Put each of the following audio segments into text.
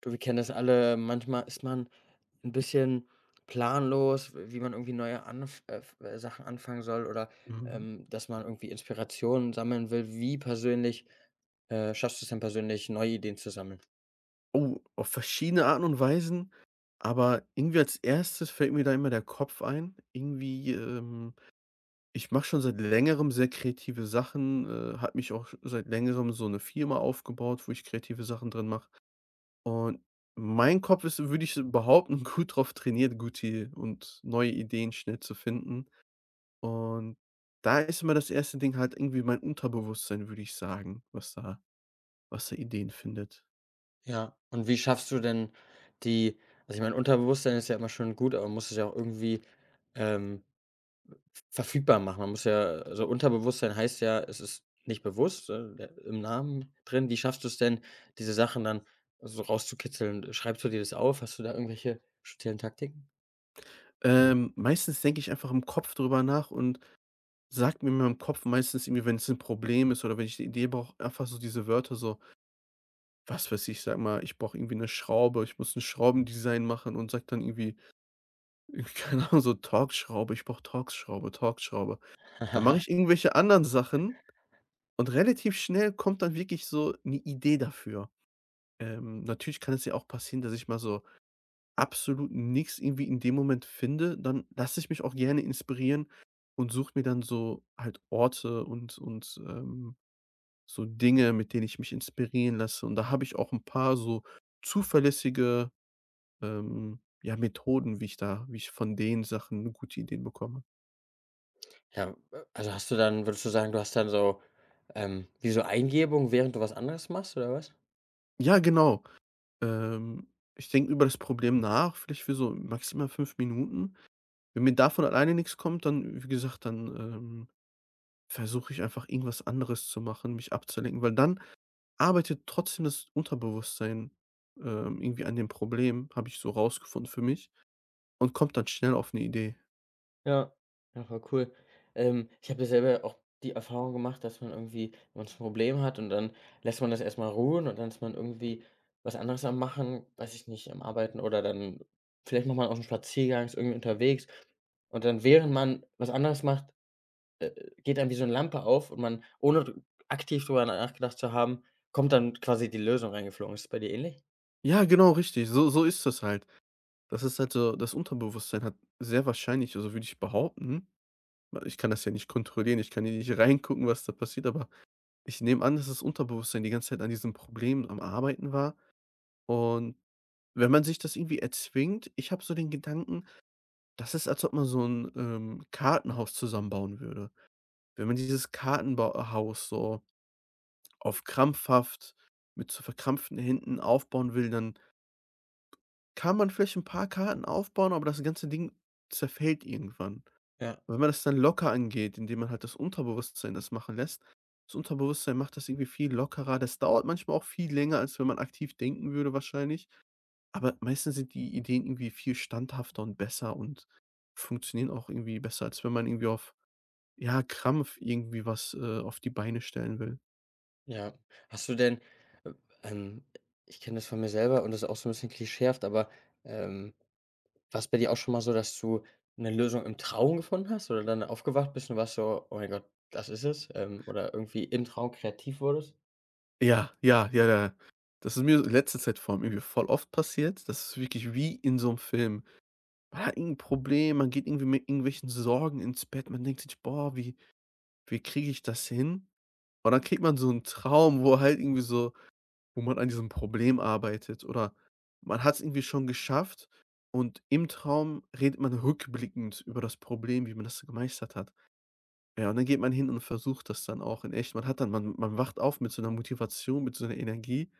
Du, wir kennen das alle. Manchmal ist man ein bisschen planlos, wie man irgendwie neue anf f Sachen anfangen soll oder, Mhm. Dass man irgendwie Inspirationen sammeln will. Wie persönlich, schaffst du's denn persönlich, neue Ideen zu sammeln? Oh, auf verschiedene Arten und Weisen, aber irgendwie als erstes fällt mir da immer der Kopf ein. Irgendwie, ich mache schon seit Längerem sehr kreative Sachen, habe mich auch sch seit Längerem so eine Firma aufgebaut, wo ich kreative Sachen drin mache. Und mein Kopf ist, würde ich so behaupten, gut drauf trainiert, gute und neue Ideen schnell zu finden. Und da ist immer das erste Ding halt irgendwie mein Unterbewusstsein, würde ich sagen, was da Ideen findet. Ja. Und wie schaffst du denn die also, ich meine, Unterbewusstsein ist ja immer schon gut, aber man muss es ja auch irgendwie, ähm verfügbar machen. Man muss ja also, Unterbewusstsein heißt ja, es ist nicht bewusst, der im Namen drin. Wie schaffst du es denn, diese Sachen dann so rauszukitzeln? Schreibst du dir das auf? Hast du da irgendwelche speziellen Taktiken? Meistens denke ich einfach im Kopf drüber nach und sage mir in meinem Kopf meistens irgendwie, wenn es ein Problem ist oder wenn ich 'ne Idee brauche, einfach so diese Wörter so, was weiß ich, sag mal, ich brauche irgendwie eine Schraube, ich muss ein Schraubendesign machen und sag dann irgendwie, keine Ahnung, so Torx-Schraube, ich brauche Torx-Schraube, Torx-Schraube. Dann mache ich irgendwelche anderen Sachen und relativ schnell kommt dann wirklich so eine Idee dafür. Natürlich kann es ja auch passieren, dass ich mal so absolut nichts irgendwie in dem Moment finde, dann lasse ich mich auch gerne inspirieren und suche mir dann so halt Orte und so Dinge, mit denen ich mich inspirieren lasse. Und da habe ich auch ein paar so zuverlässige, ja, Methoden, wie ich von den Sachen gute Ideen bekomme. Ja, also, hast du dann würdest du sagen, du hast dann so, wie so Eingebung, während du was anderes machst, oder was? Ja, genau. Ähm, Ich denke über das Problem nach, vielleicht für so maximal 5 Minuten. Wenn mir davon alleine nichts kommt, dann wie gesagt, dann, versuche ich einfach irgendwas anderes zu machen, mich abzulenken, weil dann arbeitet trotzdem das Unterbewusstsein, irgendwie an dem Problem, habe ich so rausgefunden für mich und kommt dann schnell auf eine Idee. Ja, ja, voll cool. Ich habe ja selber auch die Erfahrung gemacht, dass man irgendwie wenn man's Problem hat und dann lässt man das erst mal ruhen und dann ist man irgendwie was anderes am Machen, weiß ich nicht, am Arbeiten oder dann vielleicht macht man auch 'n Spaziergang, ist irgendwie unterwegs und dann, während man was anderes macht, äh, geht einem wie so 'ne Lampe auf und man, ohne d aktiv drüber nachgedacht zu haben, kommt dann quasi die Lösung reingeflogen. Ist das bei dir ähnlich? Ja, genau, richtig, so ist das halt. Das ist halt so, das Unterbewusstsein hat sehr wahrscheinlich, also würde ich behaupten, weil ich kann das ja nicht kontrollieren, ich kann ja nicht reingucken, was da passiert, aber ich nehme an, dass das Unterbewusstsein die ganze Zeit an diesem Problem am Arbeiten war. Und wenn man sich das irgendwie erzwingt, ich habe so den Gedanken: Das ist, als ob man so 'n, Kartenhaus zusammenbauen würde. Wenn man dieses Kartenbau Haus so auf krampfhaft mit so verkrampften Händen aufbauen will, dann kann man vielleicht 'n paar Karten aufbauen, aber das ganze Ding zerfällt irgendwann. Ja. Und wenn man das dann locker angeht, indem man halt das Unterbewusstsein das machen lässt, das Unterbewusstsein macht das irgendwie viel lockerer. Das dauert manchmal auch viel länger, als wenn man aktiv denken würde wahrscheinlich, aber meistens sind die Ideen irgendwie viel standhafter und besser und funktionieren auch irgendwie besser, als wenn man irgendwie auf ja, Krampf irgendwie was, auf die Beine stellen will. Ja. Hast du denn, äh, ähm ich kenne das von mir selber und das ist auch so ein bisschen klischeehaft, aber, ähm, war's bei dir auch schon mal so, dass du eine Lösung im Traum gefunden hast oder dann aufgewacht bist und warst so: „Oh mein Gott, das ist es?“ oder irgendwie im Traum kreativ wurdest? Ja, ja, ja, ja. Das ist mir letzte Zeit vor allem irgendwie voll oft passiert. Das ist wirklich wie in so einem Film. Man hat irgend 'n Problem, man geht irgendwie mit irgendwelchen Sorgen ins Bett. Man denkt sich: „Boah, wie kriege ich das hin?" Und dann kriegt man so einen Traum, wo halt irgendwie so wo man an diesem Problem arbeitet oder man hat es irgendwie schon geschafft und im Traum redet man rückblickend über das Problem, wie man das gemeistert hat. Ja, und dann geht man hin und versucht das dann auch in echt. Man hat dann man man wacht auf mit so einer Motivation, mit so einer Energie.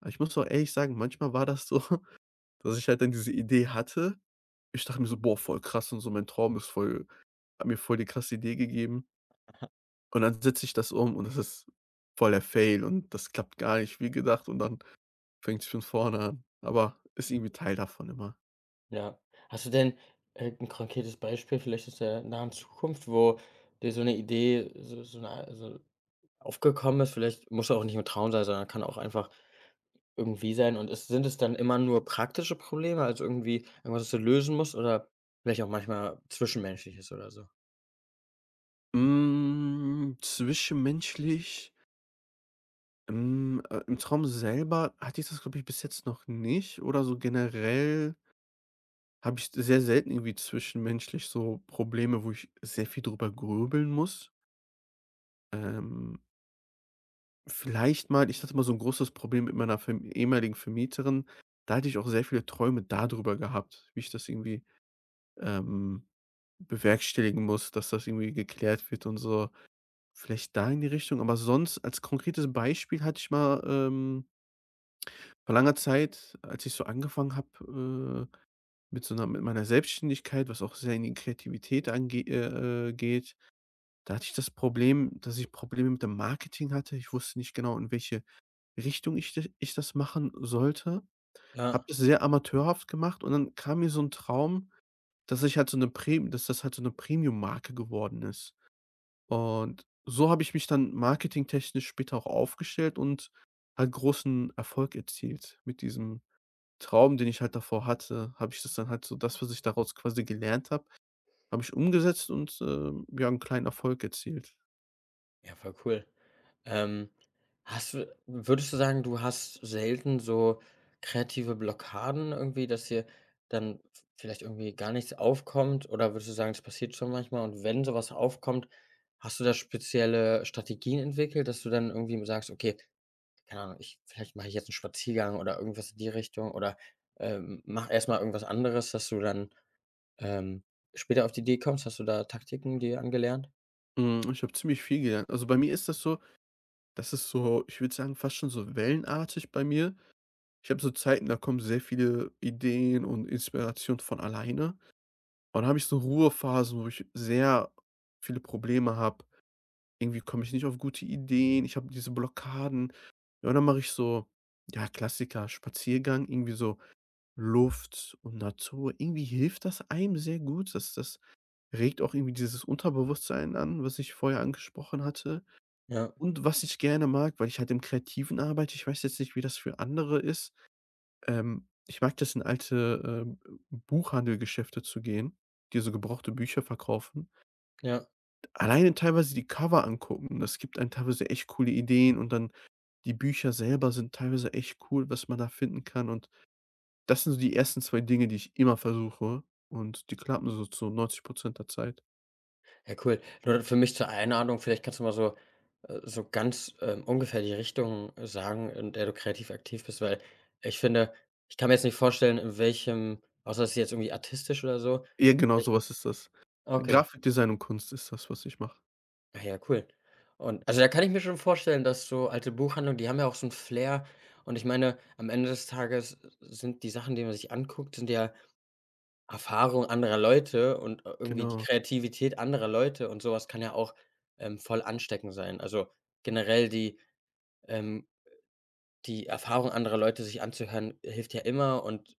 Aber ich muss auch ehrlich sagen, manchmal war das so, dass ich halt dann diese Idee hatte. Ich dachte mir so: „Boah, voll krass und so, mein Traum ist voll hat mir voll die krasse Idee gegeben." Und dann setze ich das um und das ist voll der Fail und das klappt gar nicht wie gedacht und dann fängt es von vorne an. Aber ist irgendwie Teil davon immer. Ja. Hast du denn irgend konkretes Beispiel vielleicht aus der nahen Zukunft, wo dir so eine Idee aufgekommen ist? Vielleicht muss ja auch nicht im Traum sein, sondern kann auch einfach irgendwie sein und es sind es dann immer nur praktische Probleme, also irgendwie irgendwas, was du lösen musst oder vielleicht auch manchmal Zwischenmenschliches oder so? Hm, im Traum selber hatte ich das, glaube ich, bis jetzt noch nicht, oder so generell habe ich sehr selten irgendwie zwischenmenschlich so Probleme, wo ich sehr viel drüber grübeln muss. Ähm, vielleicht mal Ich hatte mal so ein großes Problem mit meiner Verm ehemaligen Vermieterin. Da hatte ich auch sehr viele Träume darüber gehabt, wie ich das irgendwie, ähm, bewerkstelligen muss, dass das irgendwie geklärt wird und so. Vielleicht da in die Richtung, aber sonst als konkretes Beispiel hatte ich mal, vor langer Zeit, als ich so angefangen habe, mit so einer mit meiner Selbstständigkeit, was auch sehr in die Kreativität ange geht, da hatte ich das Problem, dass ich Probleme mit dem Marketing hatte. Ich wusste nicht genau, in welche Richtung ich das machen sollte. Habe Ja, das sehr amateurhaft gemacht und dann kam mir so ein Traum, dass das halt so eine Premium-Marke geworden ist. Und so habe ich mich dann marketingtechnisch später auch aufgestellt und halt großen Erfolg erzielt. Mit diesem Traum, den ich halt davor hatte, habe ich das dann halt so, das, was ich daraus quasi gelernt habe, habe ich umgesetzt und, ja, 'n kleinen Erfolg erzielt. ja, voll cool. Ähm, hast du würdest du sagen, du hast selten so kreative Blockaden irgendwie, dass dir dann v vielleicht irgendwie gar nichts aufkommt oder würdest du sagen, das passiert schon manchmal und wenn sowas aufkommt, hast du da spezielle Strategien entwickelt, dass du dann irgendwie sagst: „Okay, keine Ahnung, ich vielleicht mache ich jetzt einen Spaziergang oder irgendwas in die Richtung oder, mache erst irgendwas anderes, dass du dann, ähm, später auf die Idee kommst. Hast du da Taktiken dir angelernt? Hm, ich habe ziemlich viel gelernt. Also, bei mir ist das so, das ist so, ich würde sagen, fast schon so wellenartig bei mir. Ich habe so Zeiten, da kommen sehr viele Ideen und Inspiration von alleine. Und dann habe ich so Ruhephasen, wo ich sehr viele Probleme habe. Irgendwie komme ich nicht auf gute Ideen, ich habe diese Blockaden. Ja, und dann mache ich so, ja, Klassiker, Spaziergang, irgendwie so Luft und Natur, irgendwie hilft das einem sehr gut. Das regt auch irgendwie dieses Unterbewusstsein an, was ich vorher angesprochen hatte. Ja, Und was ich gerne mag, weil ich halt im Kreativen arbeite, ich weiß jetzt nicht, wie das für andere ist. Ich mag das, in alte, Buchhandelgeschäfte zu gehen, die so gebrauchte Bücher verkaufen. ja. Alleine teilweise die Cover angucken, das gibt einem teilweise echt coole Ideen, und dann die Bücher selber sind teilweise echt cool, was man da finden kann. Und das sind so die ersten 2 Dinge, die ich immer versuche und die klappen so zu 90 der Zeit. Ja, cool. Nur für mich zur Einordnung, vielleicht kannst du mal so so ganz, ungefähr die Richtung sagen, in der du kreativ aktiv bist, weil ich finde ich kann mir jetzt nicht vorstellen, in welchem außer es ist jetzt irgendwie artistisch oder so, Ja, genau so welchen was ist das. okay. Grafikdesign und Kunst ist das, was ich mache. Ah ja, cool. Und also, da kann ich mir schon vorstellen, dass so alte Buchhandlungen, die haben ja auch so 'n Flair. Und ich meine, am Ende des Tages sind die Sachen, die man sich anguckt, sind ja Erfahrungen anderer Leute und ir irgendwie die Genau, Kreativität anderer Leute und so was kann ja auch, voll ansteckend sein. Also, generell die ähm, die Erfahrung anderer Leute sich anzuhören, hilft ja immer und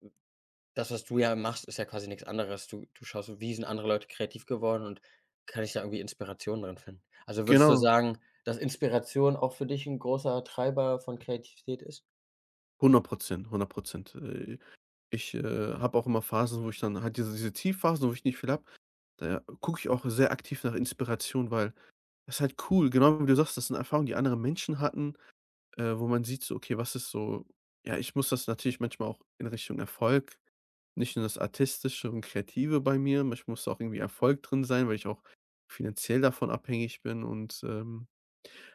das, was du ja machst, ist ja quasi nichts anderes. Du schaust so: Wie sind andere Leute kreativ geworden und kann ich da irgendwie Inspiration drin finden? Also, würdest du genau. sagen, dass Inspiration auch für dich ein großer Treiber von Kreativität ist? 100 100. Äh, Ich, habe auch immer Phasen, wo ich dann halt diese Tiefphasen, wo ich nicht viel habe, da gucke ich auch sehr aktiv nach Inspiration, weil das ist halt cool. Genau wie du sagst, das sind Erfahrungen, die andere Menschen hatten. Wo man sieht so, okay, was ist so. Ja, ich muss das natürlich manchmal auch in Richtung Erfolg, nicht nur das Artistische und Kreative bei mir, manchmal muss da auch irgendwie Erfolg drin sein, weil ich auch finanziell davon abhängig bin und,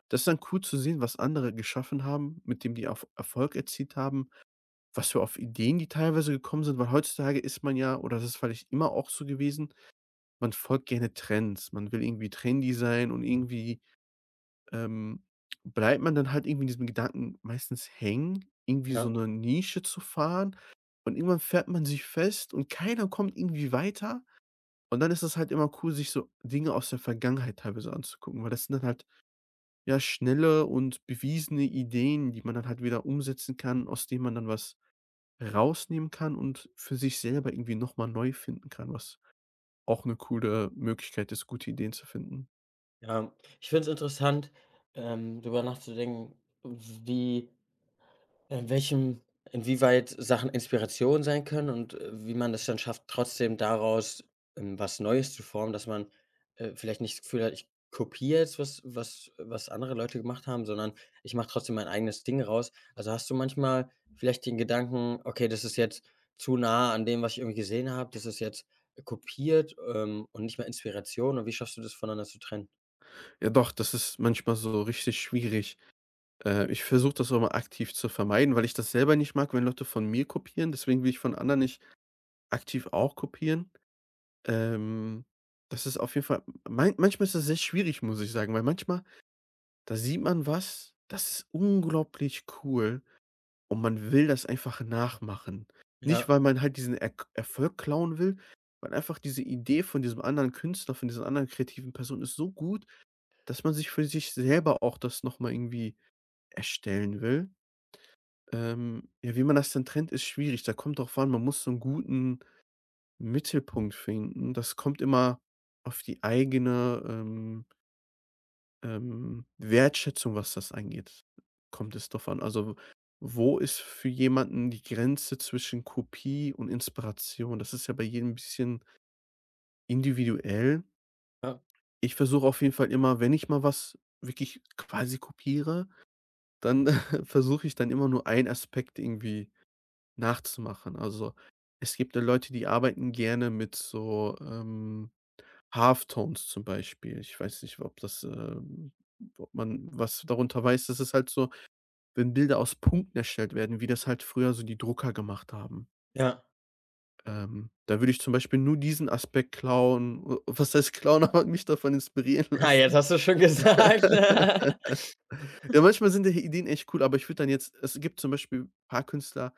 das ist dann cool zu sehen, was andere geschaffen haben, mit dem die Erfolg erzielt haben, was für auf Ideen die teilweise gekommen sind, weil heutzutage ist man ja, oder das ist vielleicht immer auch so gewesen, man folgt gerne Trends. Man will irgendwie trendy sein und irgendwie, ähm, bleibt man dann halt irgendwie in diesem Gedanken meistens hängen, irgendwie so Ja, eine Nische zu fahren, und irgendwann fährt man sich fest und keiner kommt irgendwie weiter. Und dann ist es halt immer cool, sich so Dinge aus der Vergangenheit teilweise anzugucken, weil das sind dann halt, ja, schnelle und bewiesene Ideen, die man dann halt wieder umsetzen kann, aus denen man dann was rausnehmen kann und für sich selber irgendwie noch mal neu finden kann, was auch eine coole Möglichkeit ist, gute Ideen zu finden. ja. Ich finde es interessant, drüber nachzudenken, wie In welchem inwieweit Sachen Inspiration sein können und, wie man das dann schafft, trotzdem daraus, was Neues zu formen, dass man, vielleicht nicht das Gefühl hat, ich kopiere jetzt was andere Leute gemacht haben, sondern ich mache trotzdem mein eigenes Ding raus. Also, hast du manchmal vielleicht den Gedanken: „Okay, das ist jetzt zu nah an dem, was ich irgendwie gesehen habe. Das ist jetzt kopiert, und nicht mehr Inspiration.“ Und wie schaffst du das voneinander zu trennen? Ja doch, das ist manchmal so richtig schwierig. Ich versuche das auch mal aktiv zu vermeiden, weil ich das selber nicht mag, wenn Leute von mir kopieren. Deswegen will ich von anderen nicht aktiv auch kopieren. Ähm, Das ist auf jeden Fall, manchmal ist das sehr schwierig, muss ich sagen, weil manchmal, da sieht man was, das ist unglaublich cool und man will das einfach nachmachen. Nicht, Ja, weil man halt diesen Erk Erfolg klauen will, weil einfach diese Idee von diesem anderen Künstler, von dieser anderen kreativen Person ist so gut, dass man sich für sich selber auch das noch mal irgendwie erstellen will. Ja, wie man das dann trennt, ist schwierig. Da kommt drauf an, man muss so einen guten Mittelpunkt finden. Das kommt immer auf die eigene, Wertschätzung, was das angeht, kommt es drauf an. Also, wo ist für jemanden die Grenze zwischen Kopie und Inspiration? Das ist ja bei jedem ein bisschen individuell. ja, Ich versuche auf jeden Fall immer, wenn ich mal was wirklich quasi kopiere, dann versuche ich dann immer nur einen Aspekt irgendwie nachzumachen. Also, es gibt ja Leute, die arbeiten gerne mit so, Halftones zum Beispiel. Ich weiß nicht, ob man was darunter weiß. Das ist halt so, wenn Bilder aus Punkten erstellt werden, wie das halt früher so die Drucker gemacht haben. ja. Da würde ich zum Beispiel nur diesen Aspekt klauen, o was heißt klauen, aber mich davon inspirieren Ah, jetzt lassen. hast du schon gesagt. Ja, manchmal sind die Ideen echt cool, aber ich würde dann jetzt es gibt zum Beispiel ein paar Künstler,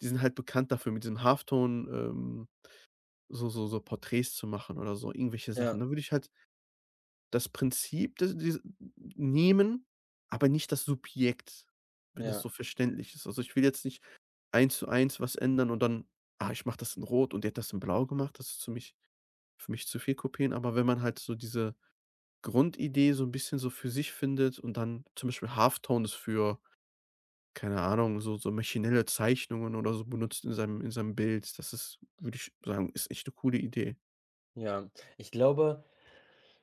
die sind halt bekannt dafür, mit diesem Halftone, so Porträts zu machen oder so, irgendwelche Sachen. Ja, Dann würde ich halt das Prinzip des diese nehmen, aber nicht das Subjekt, wenn das ja. so verständlich ist. Also, ich will jetzt nicht eins zu eins was ändern und dann: „Ah, ich mache das in Rot und der hat das in Blau gemacht." Das ist für mich zu viel kopieren. Aber wenn man halt so diese Grundidee so ein bisschen so für sich findet und dann zum Beispiel Halftones für, keine Ahnung, so maschinelle Zeichnungen oder so benutzt in seinem Bild. Das ist, würde ich sagen, ist echt eine coole Idee. Ja, ich glaube,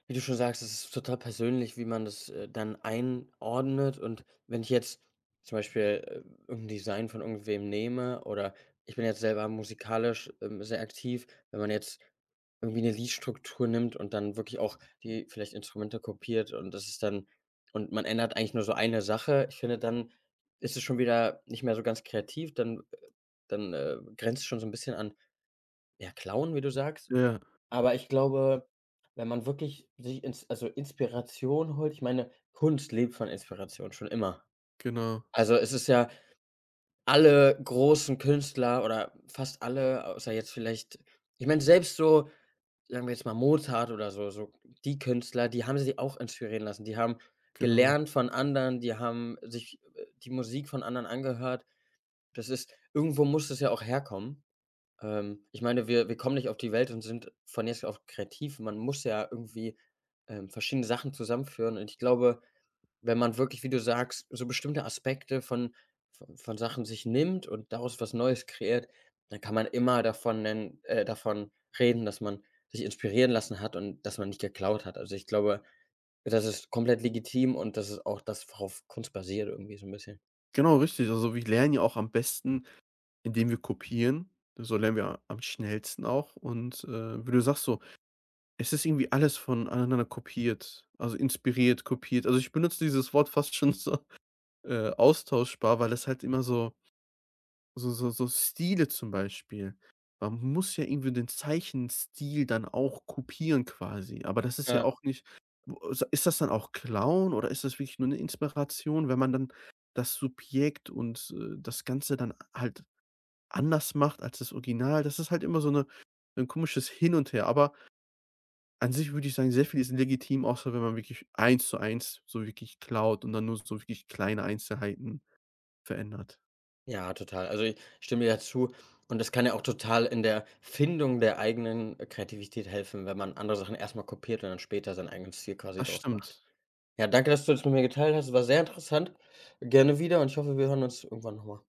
wie du schon sagst, es ist total persönlich, wie man das, dann einordnet. Und wenn ich jetzt zum Beispiel, irgend Design von irgendwem nehme oder ich bin jetzt selber musikalisch, sehr aktiv, wenn man jetzt irgendwie eine Liedstruktur nimmt und dann wirklich auch die vielleicht Instrumente kopiert und das ist dann und man ändert eigentlich nur so eine Sache. Ich finde, dann ist es schon wieder nicht mehr so ganz kreativ, dann, grenzt es schon so ein bisschen an, ja, Klauen, wie du sagst. Ja, Aber ich glaube, wenn man wirklich sich ins also, Inspiration holt ich meine, Kunst lebt von Inspiration, schon immer. genau. Also, es ist ja alle großen Künstler oder fast alle, außer jetzt vielleicht ich meine, selbst so, sagen wir jetzt mal Mozart oder so die Künstler, die haben sich auch inspirieren lassen. Die haben Genau. gelernt von anderen, die haben sich, die Musik von anderen angehört. Das ist irgendwo muss das ja auch herkommen. Ich meine, wir kommen nicht auf die Welt und sind von jetzt auf kreativ. Man muss ja irgendwie, verschiedene Sachen zusammenführen und ich glaube, wenn man wirklich, wie du sagst, so bestimmte Aspekte von Sachen sich nimmt und daraus was Neues kreiert, dann kann man immer davon nennen davon reden, dass man sich inspirieren lassen hat und dass man nicht geklaut hat. Also, ich glaube, das ist komplett legitim und das ist auch das, worauf Kunst basiert irgendwie so ein bisschen. Genau, richtig. Also, wir lernen ja auch am besten, indem wir kopieren. So lernen wir am schnellsten auch und, wie du sagst so, es ist irgendwie alles von aneinander kopiert, also, inspiriert, kopiert. Also, ich benutze dieses Wort fast schon so, austauschbar, weil es halt immer so. So Stile zum Beispiel. Man muss ja irgendwie den Zeichenstil dann auch kopieren quasi, aber das ist ja Ja. auch nicht, w s ist das dann auch Klauen, oder ist das wirklich nur eine Inspiration, wenn man dann das Subjekt und, das Ganze dann halt anders macht als das Original? Das ist halt immer so ein komisches Hin und Her, aber an sich würde ich sagen, sehr viel ist legitim, außer wenn man wirklich eins zu eins so wirklich klaut und dann nur so wirklich kleine Einzelheiten verändert. Ja, total. Also, ich stimme dir ja zu und das kann ja auch total in der Findung der eigenen Kreativität helfen, wenn man andere Sachen erstmal kopiert und dann später seinen eigenen Stil quasi Das draus macht. stimmt. Ja, danke, dass du das mit mir geteilt hast. War sehr interessant. Gerne wieder und ich hoffe, wir hören uns irgendwann nochmal.